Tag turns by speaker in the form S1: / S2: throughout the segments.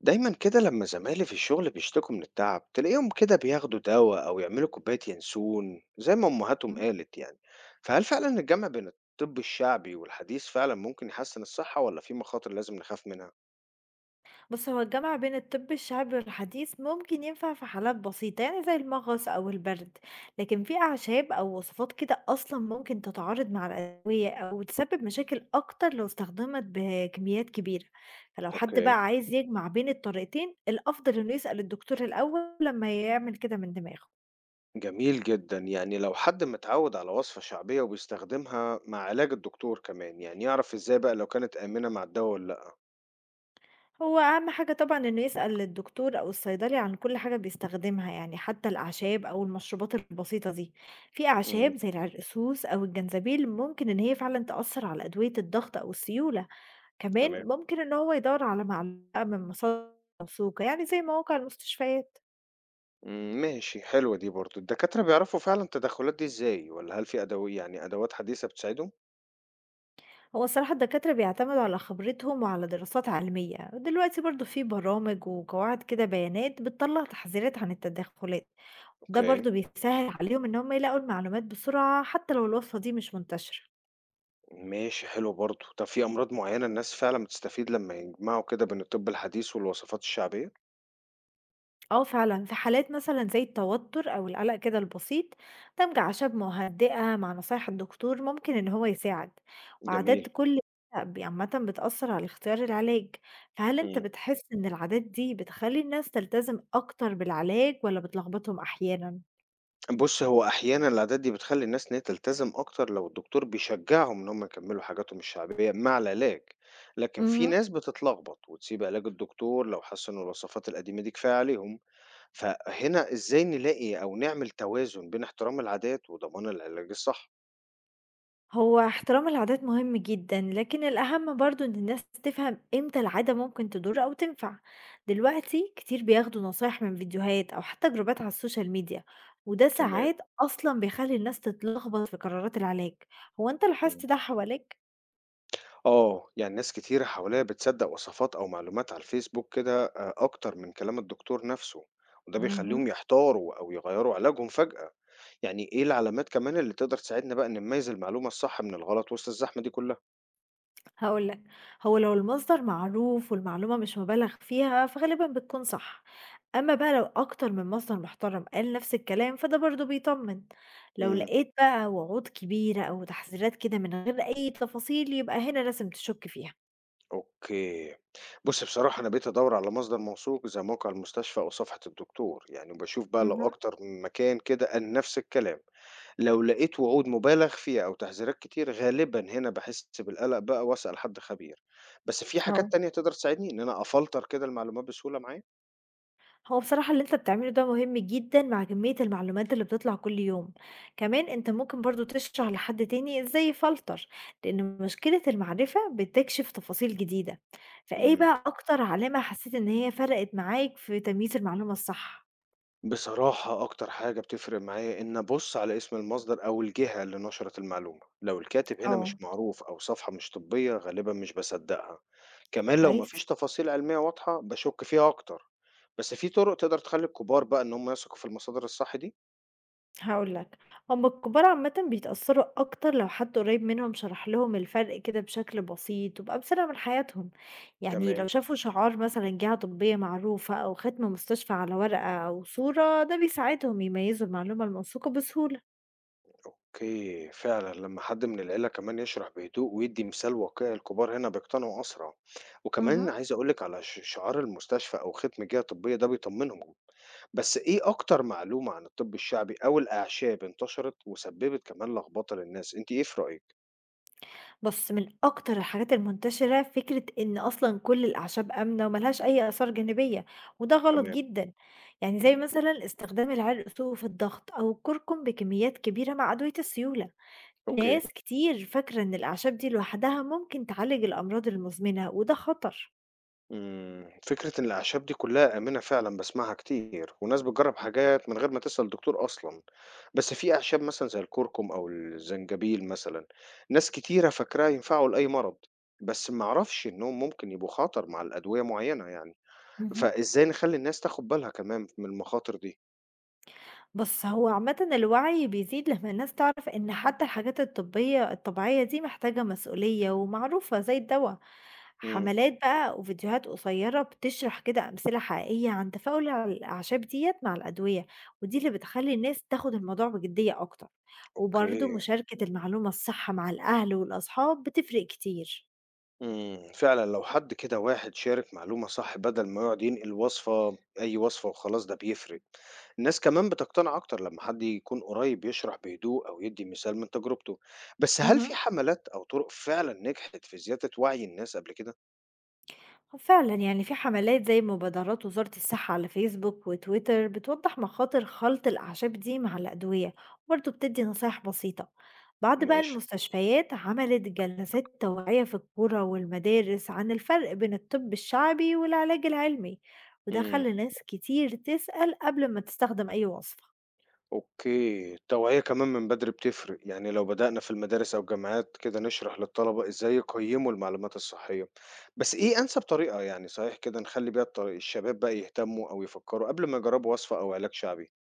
S1: دايما كده لما زمايلي في الشغل بيشتكوا من التعب تلاقيهم كده بياخدوا دواء أو يعملوا كوباية ينسون زي ما أمهاتهم
S2: إمم،
S1: قالت يعني. فهل فعلا الجمع بين الطب الشعبي والحديث فعلا ممكن يحسن الصحة ولا في مخاطر لازم نخاف منها؟
S2: بُص هو الجمع بين الطب الشعبي والحديث ممكن ينفع في حالات بسيطة، يعني زي المغص أو البرد، لكن في أعشاب أو وصفات كده أصلًا ممكن تتعارض مع الأدوية أو تسبب مشاكل أكتر لو استخدمت بكميات كبيرة، فلو حد
S1: اوكي.
S2: بقى عايز يجمع بين الطريقتين الأفضل إنه يسأل الدكتور الأول لمّا يعمل كده من دماغه.
S1: جميل جدا، يعني لو حد متعود على وصفة شعبية وبيستخدمها مع علاج الدكتور كمان يعني يعرف ازاي بقى لو كانت آمنة مع الدواء ولا لأ.
S2: هو أهم حاجة طبعًا إنه يسأل الدكتور أو الصيدلي عن كل حاجة بيستخدمها، يعني حتى الأعشاب أو المشروبات البسيطة دي، في
S1: امم.
S2: أعشاب زي العرقسوس أو الجنزبيل ممكن إن هي فعلًا تأثّر على أدوية الضغط أو السيولة، كمان
S1: تمام.
S2: ممكن إن هو يدوّر على معلقة من مصادر موثوقة، يعني زي مواقع المستشفيات.
S1: مم، ماشي. حلوة دي برضو، الدكاترة بيعرفوا فعلا التدخلات دي ازاي ولا هل في أدوية يعني أدوات حديثة بتساعدهم؟
S2: هو الصراحة الدكاترة بيعتمدوا على خبرتهم وعلى دراسات علمية، دلوقتي برضه في برامج وقواعد كده بيانات بتطلّع تحذيرات عن التدخلات. ده
S1: أوكي،
S2: برضه بيسهل عليهم إن هم يلاقوا المعلومات بسرعة حتى لو الوصفة دي مش منتشرة.
S1: ماشي. حلو برضه. طب في أمراض معيّنة الناس فعلًا بتستفيد لمّا يجمعوا كده بين الطب الحديث والوصفات الشعبية؟
S2: اه فعلا في حالات مثلا زي التوتر أو القلق كده البسيط، دمج أعشاب مهدئة مع نصايح الدكتور ممكن إن هو يساعد.
S1: جميل.
S2: وعادات كل عامة بتأثر على اختيار العلاج. فهل أنت
S1: إمم.
S2: بتحس إن العادات دي بتخلي الناس تلتزم أكتر بالعلاج ولا بتلخبطهم أحيانا؟
S1: بُص، هو أحيانًا العادات دي بتخلّي الناس إن هي تلتزم أكتر لو الدكتور بيشجعهم إن هم يكمّلوا حاجاتهم الشعبية مع العلاج، لكن في
S2: مهم.
S1: ناس بتتلخبط وتسيب علاج الدكتور لو حسّوا إن الوصفات القديمة دي كفاية عليهم. فهنا إزاي نلاقي أو نعمل توازن بين احترام العادات وضمان العلاج الصح؟
S2: هو احترام العادات مهم جدًا، لكن الأهم برضه إن الناس تفهم إمتى العادة ممكن تضر أو تنفع، دلوقتي كتير بياخدوا نصايح من فيديوهات أو حتى جروبات على السوشيال ميديا، وده
S1: تمام.
S2: ساعات أصلًا بيخلّي الناس تتلخبط في قرارات العلاج، هو أنت
S1: إمم.
S2: لاحظت ده حواليك؟
S1: آه، يعني ناس كتير حواليّا بتصدّق وصفات أو معلومات على الفيسبوك كده أكتر من كلام الدكتور نَفْسه، وده بيخلّيهم
S2: اهم.
S1: يحتاروا أو يغيّروا علاجهم فجأة. يعني إيه العلامات كمان اللي تقدر تساعدنا بقى نميّز المعلومة الصح من الغلط وسط الزحمة دي كلّها؟
S2: هاقول لك، هو لو المصدر معروف والمعلومة مش مبالغ فيها فغالبًا بتكون صح. أمّا بقى لو أكتر من مصدر محترم قال نفس الكلام، فده برضه بيطمّن. لو
S1: إمم،
S2: لقيت بقى وعود كبيرة أو تحذيرات كده من غير أي تفاصيل، يبقى هنا لازم تشُك فيها.
S1: أوكي. بُص، بصراحة أنا بقيت أدوّر على مصدر موثوق زي موقع المستشفى أو صفحة الدكتور، يعني وباشوف بقى لو
S2: اهم،
S1: أكتر من مكان كده قال نفس الكلام. لو لقيت وعود مُبالغ فيها أو تحذيرات كتير غالبًا هنا باحس بالقلق بقى وأسأل حد خبير. بس في
S2: آه.
S1: حاجات تانية تقدر تساعدني إن أنا أفلتر كده المعلومات بسهولة معايا؟
S2: هو بصراحة اللي أنت بتعمله ده مهم جدًا مع كمية المعلومات اللي بتطلع كل يوم. كمان أنت ممكن برضه تشرح لحد تاني إزاي يفلتر، لإن مشكلة المعرفة بتكشف تفاصيل جديدة. فإيه
S1: إمم.
S2: بقى أكتر علامة حسيت إن هي فرقت معاك في تمييز المعلومة الصح؟
S1: بصراحة أكتر حاجة بتفرق معايا إن أبص على اسم المصدر أو الجهة اللي نشرت المعلومة، لو الكاتب هنا
S2: آه،
S1: مش معروف أو صفحة مش طبية غالبا مش بصدقها. كمان لو مفيش
S2: كويس.
S1: تفاصيل علمية واضحة بشك فيها أكتر. بس في طرق تقدر تخلي الكبار بقى إن هم يثقوا في المصادر الصح دي؟
S2: هاقول لك، هُم الكبار عامةً بيتأثّروا أكتر لو حد قريّب منهم شرح لهم الفرق كده بشكل بسيط وبأمثلة من حياتهم، يعني لو
S1: تمام.
S2: شافوا شعار مثلًا جهة طبية معروفة أو ختم مستشفى على ورقة أو صورة ده بيساعدهم يميّزوا المعلومة الموثوقة بسهولة.
S1: أوكي، فعلًا لمّا حد من العيلة كمان يشرح بهدوء ويدّي مثال واقعي الكبار هنا بيقتنعوا أسرع، وكمان
S2: اهم.
S1: عايز أقول لِك على شعار المستشفى أو ختم جهة طبية ده بيطمنهم. بس إيه أكتر معلومة عن الطب الشعبي أو الأعشاب انتشرت وسببت كمان لخبطة للناس؟ أنتِ إيه في رأيِك؟
S2: بس من أكتر الحاجات المنتشرة فكرة إن أصلًا كل الأعشاب آمنة وما لهاش أي آثار جانبية، وده غلط
S1: تمام،
S2: جدًا، يعني زي مثلًا استخدام العرق سوء في الضغط أو الكركم بكميات كبيرة مع أدوية السيولة.
S1: أوكي.
S2: ناس كتير فاكرة إن الأعشاب دي لوحدها ممكن تعالج الأمراض المزمنة وده خطر.
S1: إمم، فكرة إن الأعشاب دي كلّها آمنة فعلًا باسمعها كتير، وناس بتجرّب حاجات من غير ما تسأل الدكتور أصلًا. بس في أعشاب مثلًا زي الكركم أو الزنجبيل مثلًا، ناس كتيرة فاكراه ينفعوا لأي مرض، بس ما أعرفش إنهم ممكن يبقوا خطر مع الأدوية معيّنة يعني.
S2: مهم.
S1: فإزاي نخلّي الناس تاخد بالها كمان من المخاطر دي؟
S2: بس هو عامة الوعي بيزيد لما الناس تعرف إن حتى الحاجات الطبية الطبيعية دي محتاجة مسؤولية ومعروفة زي الدواء.
S1: إمم،
S2: حملات بقى وفيديوهات قصيرة بتشرح كده أمثلة حقيقية عن تفاعل الأعشاب ديت مع الأدوية، ودي اللي بتخلي الناس تاخد الموضوع بجدية أكتر. وبرضه
S1: أوكي.
S2: مشاركة المعلومة الصح مع الأهل والأصحاب بتفرق كتير.
S1: إمم، فعلًا لو حد كده واحد شارك معلومة صح بدل ما يقعد ينقل وصفة أي وصفة وخلاص ده بيفرق. الناس كمان بتقتنع أكتر لما حد يكون قريب يشرح بهدوء أو يدي مثال من تجربته. بس هل في
S2: مهم.
S1: حملات أو طرق فعلًا نجحت في زيادة وعي الناس قبل كده؟
S2: آه، فعلا يعني في حملات زي مبادرات وزارة الصحة على فيسبوك وتويتر بتوضح مخاطر خلط الأعشاب دي مع الأدوية وبرضه بتدي نصايح بسيطة. بعض بقى
S1: ماشي.
S2: المستشفيات عملت جلسات توعية في القرى والمدارس عن الفرق بين الطب الشعبي والعلاج العلمي، وده
S1: إمم.
S2: خلى ناس كتير تسأل قبل ما تستخدم أي وصفة.
S1: أوكي، التوعية كمان من بدري بتفرق، يعني لو بدأنا في المدارس أو الجامعات كده نشرح للطلبة إزاي يقيموا المعلومات الصحية. بس إيه أنسب طريقة يعني صحيح كده نخلي بيها الشباب بقى يهتموا أو يفكروا قبل ما يجربوا وصفة أو علاج شعبي؟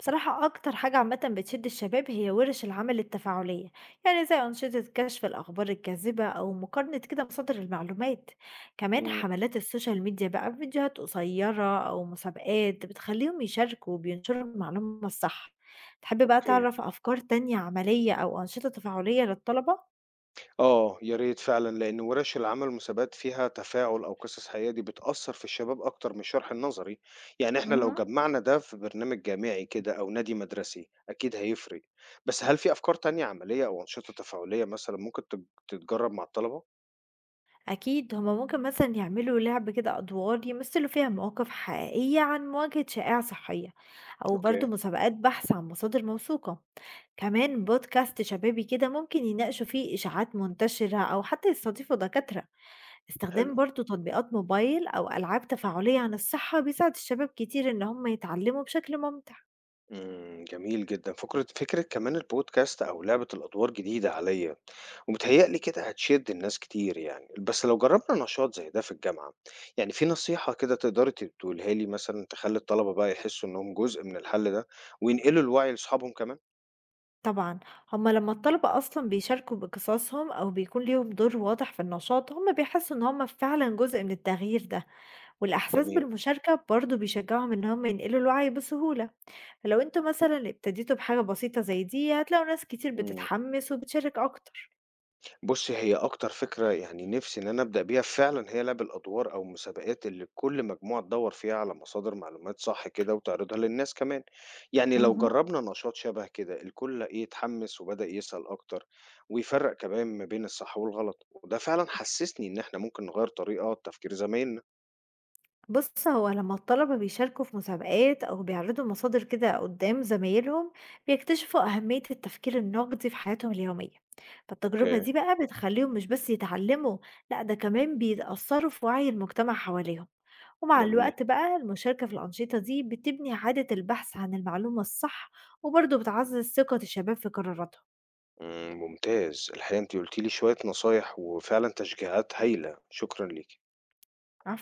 S2: بصراحة أكتر حاجة عامة بتشد الشباب هي ورش العمل التفاعلية، يعني زي أنشطة كشف الأخبار الكاذبة أو مقارنة كده مصادر المعلومات. كمان
S1: مم.
S2: حملات السوشيال ميديا بقى فيديوهات قصيرة أو مسابقات بتخليهم يشاركوا وبينشروا المعلومة الصح. تحب بقى
S1: أوكي.
S2: تعرف أفكار تانية عملية أو أنشطة تفاعلية للطلبة؟
S1: آه، يا ريت فعلًا، لإن ورش العمل والمسابقات فيها تفاعل أو قصص حقيقية دي بتأثّر في الشباب أكتر من الشرح النظري، يعني إحنا لو
S2: مهم.
S1: جمّعنا ده في برنامج جامعي كده أو نادي مدرسي أكيد هيفرق. بس هل في أفكار تانية عملية أو أنشطة تفاعلية مثلًا ممكن تتجرّب مع الطلبة؟
S2: أكيد هما ممكن مثلا يعملوا لعب كده أدوار يمثلوا فيها مواقف حقيقية عن مواجهة شائعة صحية، أو
S1: أوكي،
S2: برضو مسابقات بحث عن مصادر موثوقة. كمان بودكاست شبابي كده ممكن يناقشوا فيه إشاعات منتشرة أو حتى يستضيفوا دكاترة.
S1: حلو.
S2: استخدام برضو تطبيقات موبايل أو ألعاب تفاعلية عن الصحة بيساعد الشباب كتير إن هم يتعلموا بشكل ممتع.
S1: إمم، جميل جدًا، فكرة كمان البودكاست أو لعبة الأدوار جديدة عليّا. ومتهيأ لي كده هتشد الناس كتير يعني، بس لو جربنا نشاط زي ده في الجامعة يعني في نصيحة كده تقدري تقولها لي مثلا تخلي الطلبة بقى يحسوا إنهم جزء من الحل ده وينقلوا الوعي لأصحابهم كمان.
S2: طبعا هم لما الطلبة أصلا بيشاركوا بقصصهم أو بيكون ليهم دور واضح في النشاط هم بيحسوا إن هم فعلا جزء من التغيير ده، والإحساس
S1: جميل.
S2: بالمشاركة برضو بيشجعهم إن هم ينقلوا الوعي بسهولة. فلو انتوا مثلا ابتديتوا بحاجة بسيطة زي دي هتلاقوا ناس كتير
S1: مم.
S2: بتتحمس وبتشارك أكتر.
S1: بُصّي، هي أكتر فكرة يعني نِفْسي إن أنا أبدأ بيها فعلًا هي لَعْب الأدوار أو المسابقات اللي كل مجموعة تدوّر فيها على مصادر معلومات صح كده وتعرضها للناس كمان، يعني لو
S2: مهم.
S1: جرّبنا نشاط شبه كده الكل إيه، اتحمس وبدأ يسأل أكتر ويفرّق كمان ما بين الصح والغلط، وده فعلًا حسّسني إن إحنا ممكن نغيّر طريقة تفكير زمايلنا.
S2: بُص، هو لمّا الطلبة بيشاركوا في مسابقات أو بيعرضوا مصادر كده قدّام زمايلهم، بيكتشفوا أهمية التفكير النقدي في حياتهم اليومية، فالتجربة
S1: أوكي.
S2: دي بقى بتخلّيهم مش بس يتعلموا، لأ ده كمان بيتأثّروا في وعي المجتمع حواليهم، ومع
S1: جميل،
S2: الوقت بقى المشاركة في الأنشطة دي بتبني عادة البحث عن المعلومة الصح، وبرضه بتعزّز ثقة الشباب في قراراتهم.
S1: إمم، ممتاز، الحقيقة أنتِ قُلتِ لي شوية نصايح وفعلًا تشجيعات هايلة، شكرًا ليكِ.